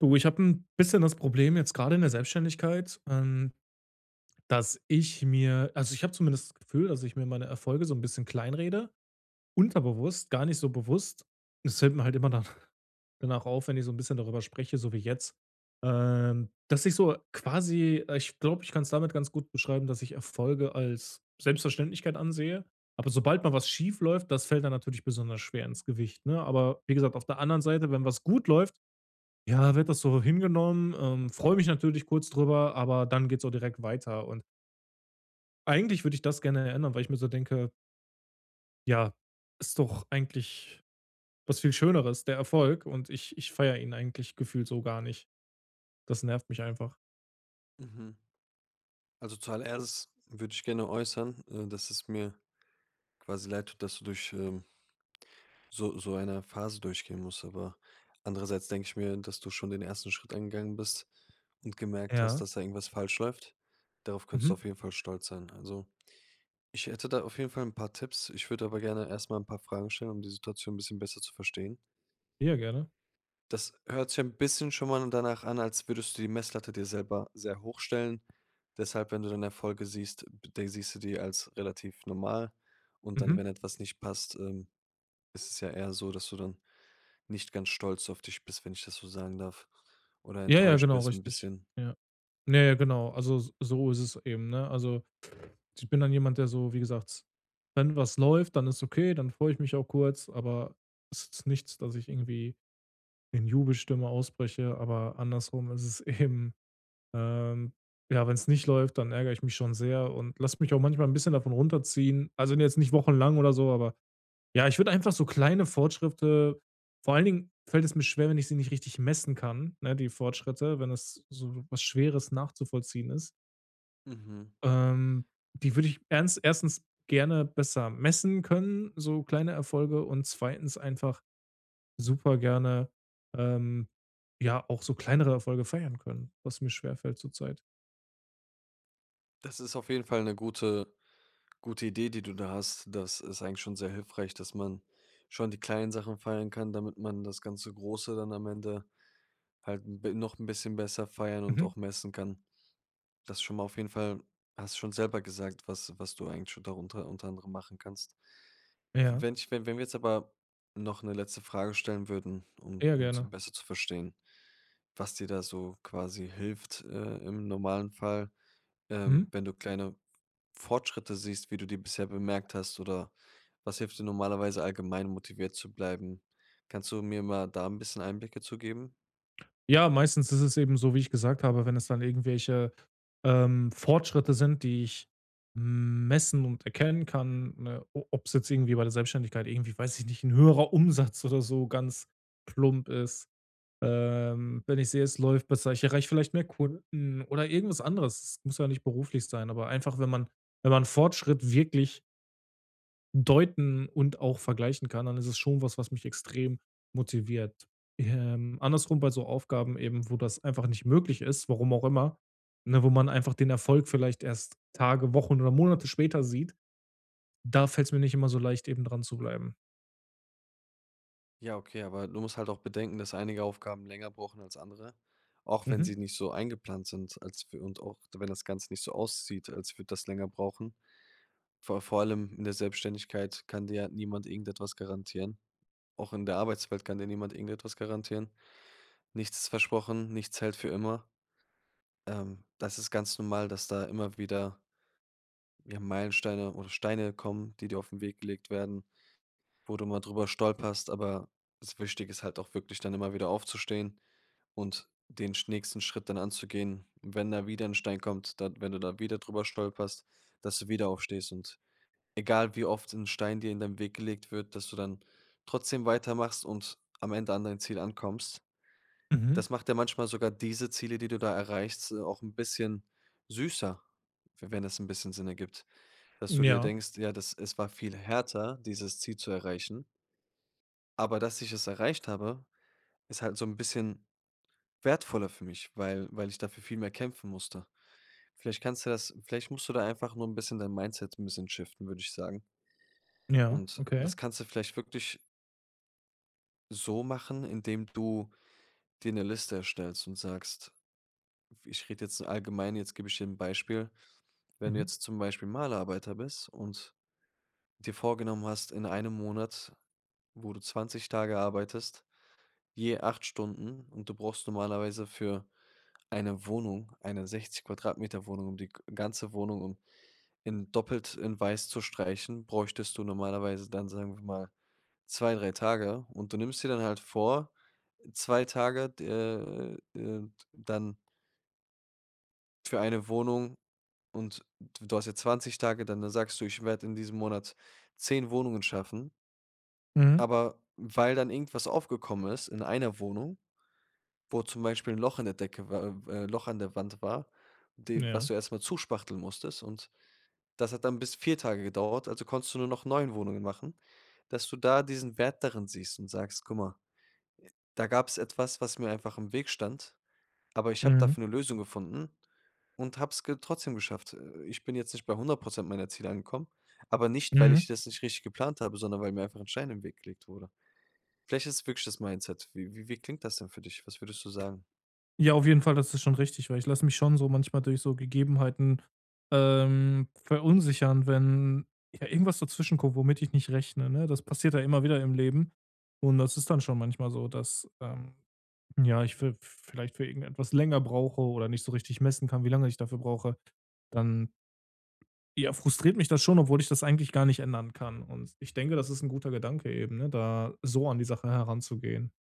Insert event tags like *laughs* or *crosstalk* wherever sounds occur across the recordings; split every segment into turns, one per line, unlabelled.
Du, ich habe ein bisschen das Problem jetzt gerade in der Selbstständigkeit, dass ich mir ich habe zumindest das Gefühl, dass ich mir meine Erfolge so ein bisschen kleinrede, unterbewusst, gar nicht so bewusst. Es fällt mir halt immer dann *laughs* danach auf, wenn ich so ein bisschen darüber spreche, so wie jetzt, dass ich so quasi ich glaube, ich kann es damit ganz gut beschreiben, dass ich Erfolge als Selbstverständlichkeit ansehe, aber sobald mal was schief läuft, das fällt dann natürlich besonders schwer ins Gewicht, ne? Aber wie gesagt, auf der anderen Seite, wenn was gut läuft, ja, wird das so hingenommen, freue mich natürlich kurz drüber, aber dann geht's auch direkt weiter und eigentlich würde ich das gerne ändern, weil ich mir so denke: „Ja, ist doch eigentlich was viel Schöneres, der Erfolg und ich feiere ihn eigentlich gefühlt so gar nicht.“ Das nervt mich einfach.
Mhm. Also zuallererst würde ich gerne äußern, dass es mir quasi leid tut, dass du durch so eine Phase durchgehen musst. Aber andererseits denke ich mir, dass du schon den ersten Schritt angegangen bist und gemerkt hast,
Ja.
dass da irgendwas falsch läuft. Darauf könntest du
Mhm.
auf jeden Fall stolz sein. Also ich hätte da auf jeden Fall ein paar Tipps. Ich würde aber gerne erstmal ein paar Fragen stellen, um die Situation ein bisschen besser zu verstehen.
Ja, gerne.
Das hört sich ein bisschen schon mal danach an, als würdest du die Messlatte dir selber sehr hoch stellen. Deshalb, wenn du dann Erfolge siehst, b de siehst du die als relativ normal, und dann,
Mhm.
wenn etwas nicht passt, ist es ja eher so, dass du dann nicht ganz stolz auf dich bist, wenn ich das so sagen darf, oder
Ja, ja,
enttäuscht
genau,
bist ein
richtig.
bisschen.
Ja. Ja, ja, genau. Also, s so ist es eben, ne? Also, ich bin dann jemand, der so, wie gesagt, wenn was läuft, dann ist okay, dann freue ich mich auch kurz, aber es ist nichts, dass ich irgendwie in Jubelstimme ausbreche, aber andersrum ist es eben, ähm ja, wenn es nicht läuft, dann ärgere ich mich schon sehr und lasse mich auch manchmal ein bisschen davon runterziehen. Also, jetzt nicht wochenlang oder so, aber ja, ich würde einfach so kleine Fortschritte, vor allen Dingen fällt es mir schwer, wenn ich sie nicht richtig messen kann, ne, die Fortschritte, wenn es so was Schweres nachzuvollziehen ist.
Mhm.
Ähm, Die würde ich ernst erstens gerne besser messen können, so kleine Erfolge und zweitens einfach super gerne, ähm, ja, auch so kleinere Erfolge feiern können, was mir schwerfällt zurzeit.
Das ist auf jeden Fall eine gute Idee, die du da hast. Das ist eigentlich schon sehr hilfreich, dass man schon die kleinen Sachen feiern kann, damit man das ganze Große dann am Ende halt 'n bi noch ein bisschen besser feiern und
Mhm.
auch messen kann. Das schon mal auf jeden Fall, hast schon selber gesagt, was du eigentlich schon darunter unter anderem machen kannst.
Ja,
Wenn ich wenn wenn wir jetzt aber noch eine letzte Frage stellen würden, um
eher
um so
gerne.
besser zu verstehen, was dir da so quasi hilft, im normalen Fall,
Mhm.
wenn du kleine Fortschritte siehst, wie du die bisher bemerkt hast, oder was hilft dir normalerweise allgemein motiviert zu bleiben? Kannst du mir mal da ein bisschen Einblicke zu geben?
Ja, meistens ist es eben so, wie ich gesagt habe, wenn es dann irgendwelche Fortschritte sind, die ich messen und erkennen kann, ne, o ob's jetzt irgendwie bei der Selbstständigkeit irgendwie, weiß ich nicht, ein höherer Umsatz oder so ganz plump ist. Wenn ich sehe, es läuft besser, ich erreiche vielleicht mehr Kunden oder irgendwas anderes. Es muss ja nicht beruflich sein, aber einfach, wenn man wenn man Fortschritt wirklich deuten und auch vergleichen kann, dann ist es schon was, was mich extrem motiviert. Andersrum bei so Aufgaben eben, wo das einfach nicht möglich ist, warum auch immer, ne, wo man einfach den Erfolg vielleicht erst Tage, Wochen oder Monate später sieht, da fällt es mir nicht immer so leicht, eben dran zu bleiben.
Ja, okay, aber du musst halt auch bedenken, dass einige Aufgaben länger brauchen als andere, auch wenn
Mhm.
sie nicht so eingeplant sind, als für, und auch wenn das Ganze nicht so aussieht, als würde das länger brauchen. Vor allem in der Selbstständigkeit kann dir ja niemand irgendetwas garantieren. Auch in der Arbeitswelt kann dir niemand irgendetwas garantieren. Nichts ist versprochen, nichts hält für immer. Das ist ganz normal, dass da immer wieder, ja, Meilensteine oder Steine kommen, die dir auf den Weg gelegt werden, wo du mal drüber stolperst, aber es wichtig ist halt auch wirklich dann immer wieder aufzustehen und den nächsten Schritt dann anzugehen. Wenn da wieder ein Stein kommt, dann, wenn du da wieder drüber stolperst, dass du wieder aufstehst, und egal wie oft ein Stein dir in deinem Weg gelegt wird, dass du dann trotzdem weitermachst und am Ende an dein Ziel ankommst. Das
Mhm.
macht ja manchmal sogar diese Ziele, die du da erreichst, auch ein bisschen süßer, wenn es ein bisschen Sinn ergibt. Dass du dir
Ja.
denkst, ja, das, es war viel härter, dieses Ziel zu erreichen, aber dass ich es erreicht habe, ist halt so ein bisschen wertvoller für mich, weil ich dafür viel mehr kämpfen musste. Vielleicht kannst du das, vielleicht musst du da einfach nur ein bisschen dein Mindset ein bisschen shiften, würde ich sagen.
Ja.
Und
Okay.
das kannst du vielleicht wirklich so machen, indem du dir eine Liste erstellst und sagst, ich rede jetzt allgemein, jetzt gebe ich dir ein Beispiel. Wenn du
Mhm.
jetzt zum Beispiel Malerarbeiter bist und dir vorgenommen hast, in einem Monat, wo du 20 Tage arbeitest, je 8 Stunden, und du brauchst normalerweise für eine Wohnung, eine 60 Quadratmeter Wohnung, um die g ganze Wohnung um in doppelt in weiß zu streichen, bräuchtest du normalerweise dann, sagen wir mal, 2 3 Tage, und du nimmst dir dann halt vor, 2 Tage, d dann für eine Wohnung, und d du hast ja 20 Tage, dann sagst du: „Ich werde in diesem Monat 10 Wohnungen schaffen.“
Mhm.
Aber weil dann irgendwas aufgekommen ist in einer Wohnung, wo zum Beispiel ein Loch in der Decke wa Loch an der Wand war, de was
Ja.
du erstmal zuspachteln musstest. Und das hat dann bis 4 Tage gedauert, also konntest du nur noch 9 Wohnungen machen, dass du da diesen Wert darin siehst und sagst: „Guck mal, da gab es etwas, was mir einfach im Weg stand, aber ich habe
Mhm.
dafür eine Lösung gefunden und habe es ge trotzdem geschafft.“ Ich bin jetzt nicht bei 100% meiner Ziele angekommen, aber nicht, weil ich
Mhm.
das nicht richtig geplant habe, sondern weil mir einfach ein Stein im Weg gelegt wurde. Vielleicht ist es wirklich das Mindset. Wie klingt das denn für dich? Was würdest du sagen?
Ja, auf jeden Fall, das ist schon richtig, weil ich lasse mich schon so manchmal durch so Gegebenheiten verunsichern, wenn ja irgendwas dazwischen kommt, womit ich nicht rechne, ne? Das passiert ja immer wieder im Leben. Und das ist dann schon manchmal so, dass ja, ich für vielleicht für irgendetwas länger brauche oder nicht so richtig messen kann, wie lange ich dafür brauche. Dann, ja, frustriert mich das schon, obwohl ich das eigentlich gar nicht ändern kann. Und ich denke, das ist ein guter Gedanke eben, ne, da so an die Sache heranzugehen.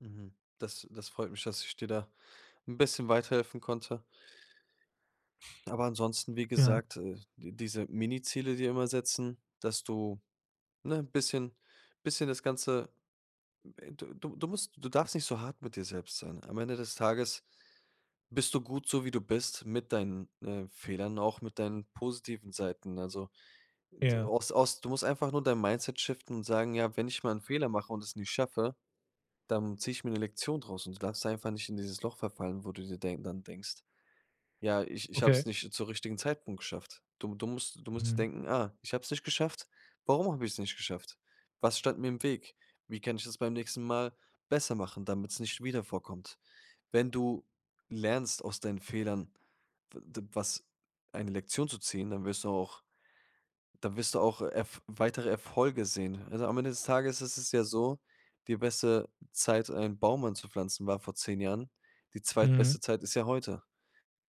Mhm. Das freut mich, dass ich dir da ein bisschen weiterhelfen konnte. Aber ansonsten, wie
Ja,
gesagt, d diese Miniziele dir immer setzen, dass du, ne, ein bisschen das Ganze, du darfst nicht so hart mit dir selbst sein. Am Ende des Tages bist du gut so, wie du bist, mit deinen, Fehlern, auch mit deinen positiven Seiten. Also, d
ja,
aus aus du musst einfach nur dein Mindset shiften und sagen: „Ja, wenn ich mal einen Fehler mache und es nicht schaffe.“ Dann ziehe ich mir eine Lektion draus, und du darfst einfach nicht in dieses Loch verfallen, wo du dir denk dann denkst: „Ja, ich habe es
okay.
nicht zur richtigen Zeitpunkt geschafft.“ Du musst dir
Mhm.
denken: „Ah, ich habe es nicht geschafft. Warum habe ich es nicht geschafft? Was stand mir im Weg? Wie kann ich das beim nächsten Mal besser machen, damit es nicht wieder vorkommt?“ Wenn du lernst, aus deinen Fehlern w d was eine Lektion zu ziehen, dann wirst du auch, dann wirst du auch erf weitere Erfolge sehen. Also, am Ende des Tages ist es ja so, die beste Zeit, einen Baum anzupflanzen, war vor 10 Jahren. Die
Mhm.
zweitbeste Zeit ist ja heute.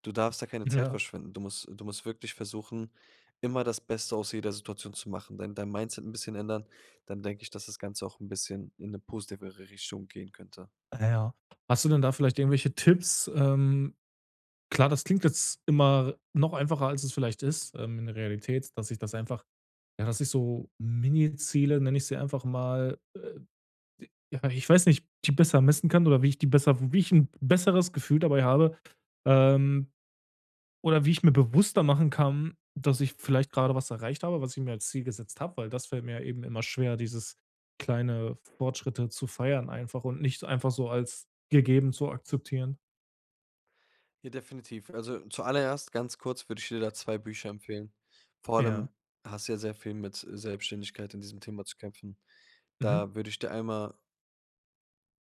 Du darfst da keine Zeit
Ja.
verschwenden. Du musst wirklich versuchen, immer das Beste aus jeder Situation zu machen, dein Mindset ein bisschen ändern, dann denke ich, dass das Ganze auch ein bisschen in eine positivere Richtung gehen könnte.
Ah ja. Hast du denn da vielleicht irgendwelche Tipps? Klar, das klingt jetzt immer noch einfacher, als es vielleicht ist, in der Realität, dass ich das einfach, ja, dass ich so Mini-Ziele, nenne ich sie einfach mal, ja, ich weiß nicht, die besser messen kann oder wie ich die besser, wie ich ein besseres Gefühl dabei habe, ähm, oder wie ich mir bewusster machen kann, dass ich vielleicht gerade was erreicht habe, was ich mir als Ziel gesetzt habe, weil das fällt mir eben immer schwer, dieses kleine Fortschritte zu feiern einfach und nicht einfach so als gegeben zu akzeptieren.
Ja, definitiv. Also, zuallererst ganz kurz würde ich dir da 2 Bücher empfehlen. Vor
Ja.
allem hast du ja sehr viel mit Selbstständigkeit in diesem Thema zu kämpfen.
Mhm.
Da würde ich dir einmal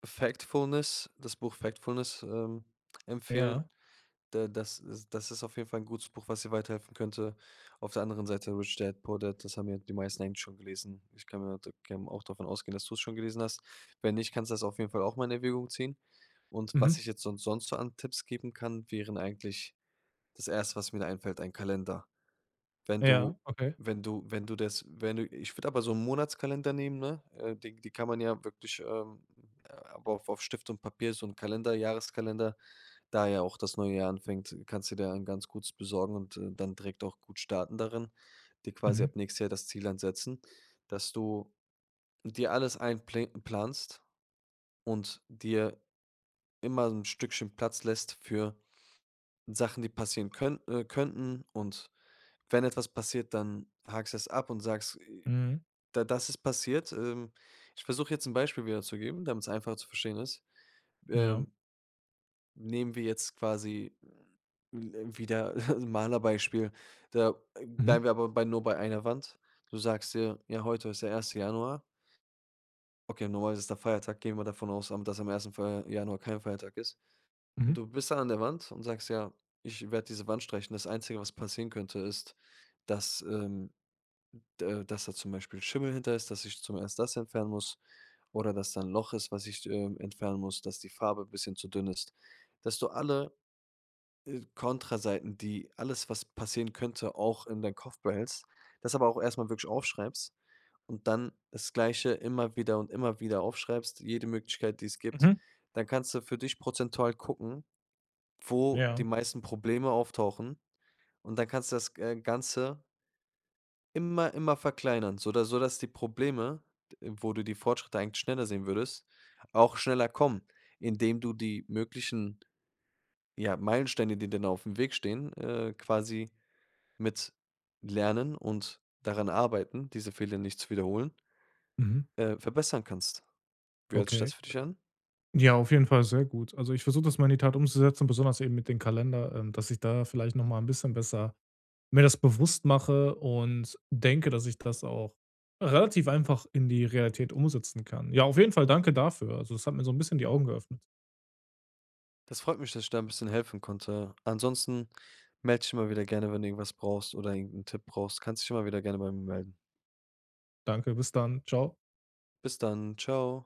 Factfulness das Buch Factfulness, empfehlen.
Ja.
Da das ist auf jeden Fall ein gutes Buch, was dir weiterhelfen könnte. Auf der anderen Seite „Rich Dad, Poor Dad“, das haben ja die meisten eigentlich schon gelesen. Ich kann mir da kann auch davon ausgehen, dass du es schon gelesen hast. Wenn nicht, kannst du das auf jeden Fall auch mal in Erwägung ziehen. Und was
Mhm.
ich jetzt sonst so an Tipps geben kann, wären eigentlich das Erste, was mir da einfällt, ein Kalender. Wenn
Ja.
du
Okay.
wenn du wenn du das wenn du ich würde aber so einen Monatskalender nehmen, ne? Die kann man ja wirklich, aber auf Stift und Papier, so ein Kalender, Jahreskalender, da ja auch das neue Jahr anfängt, kannst du dir einen ganz gutes besorgen, und, dann direkt auch gut starten darin, dir quasi
Mhm.
ab nächstes Jahr das Ziel ansetzen, dass du dir alles einplanst und dir immer ein Stückchen Platz lässt für Sachen, die passieren könnten, und wenn etwas passiert, dann hakst du es ab und sagst:
Mhm.
da das ist passiert. Ich versuche jetzt ein Beispiel wiederzugeben, damit es einfach zu verstehen ist.
Ja.
Ähm, Nehmen wir jetzt quasi l wieder *laughs* 'n Malerbeispiel. Da
Mhm.
bleiben wir aber bei nur bei einer Wand. Du sagst dir: „Ja, heute ist der erste Januar.“ Okay, normalerweise ist der Feiertag, gehen wir davon aus, am dass am ersten Fe Januar kein Feiertag ist.
Mhm.
Und du bist da an der Wand und sagst: „Ja, ich werde diese Wand streichen.“ Das Einzige, was passieren könnte, ist, dass, d dass da zum Beispiel Schimmel hinter ist, dass ich zum erst das entfernen muss, oder dass da 'n Loch ist, was ich, entfernen muss, dass die Farbe ein bisschen zu dünn ist, dass du alle Kontraseiten, die alles, was passieren könnte, auch in deinen Kopf behältst, das aber auch erstmal wirklich aufschreibst, und dann das Gleiche immer wieder und immer wieder aufschreibst, jede Möglichkeit, die es gibt.
Mhm.
Dann kannst du für dich prozentual gucken, wo die
Ja.
meisten Probleme auftauchen, und dann kannst du das, Ganze immer verkleinern, sodass die Probleme, d wo du die Fortschritte eigentlich schneller sehen würdest, auch schneller kommen, indem du die möglichen, ja, Meilensteine, die dir auf dem Weg stehen, quasi mit Lernen und daran arbeiten, diese Fehler nicht zu wiederholen,
Mhm.
verbessern kannst. Wie hört sich
Okay.
das für dich an?
Ja, auf jeden Fall sehr gut. Also, ich versuche das mal in die Tat umzusetzen, besonders eben mit dem Kalender, dass ich da vielleicht noch mal 'n bisschen besser mir das bewusst mache und denke, dass ich das auch relativ einfach in die Realität umsetzen kann. Ja, auf jeden Fall danke dafür. Also, das hat mir so ein bisschen die Augen geöffnet.
Das freut mich, dass ich da ein bisschen helfen konnte. Ansonsten melde dich immer wieder gerne, wenn du irgendwas brauchst oder irgend Tipp brauchst, kannst dich immer wieder gerne bei mir melden.
Danke, bis dann. Ciao.
Bis dann, ciao.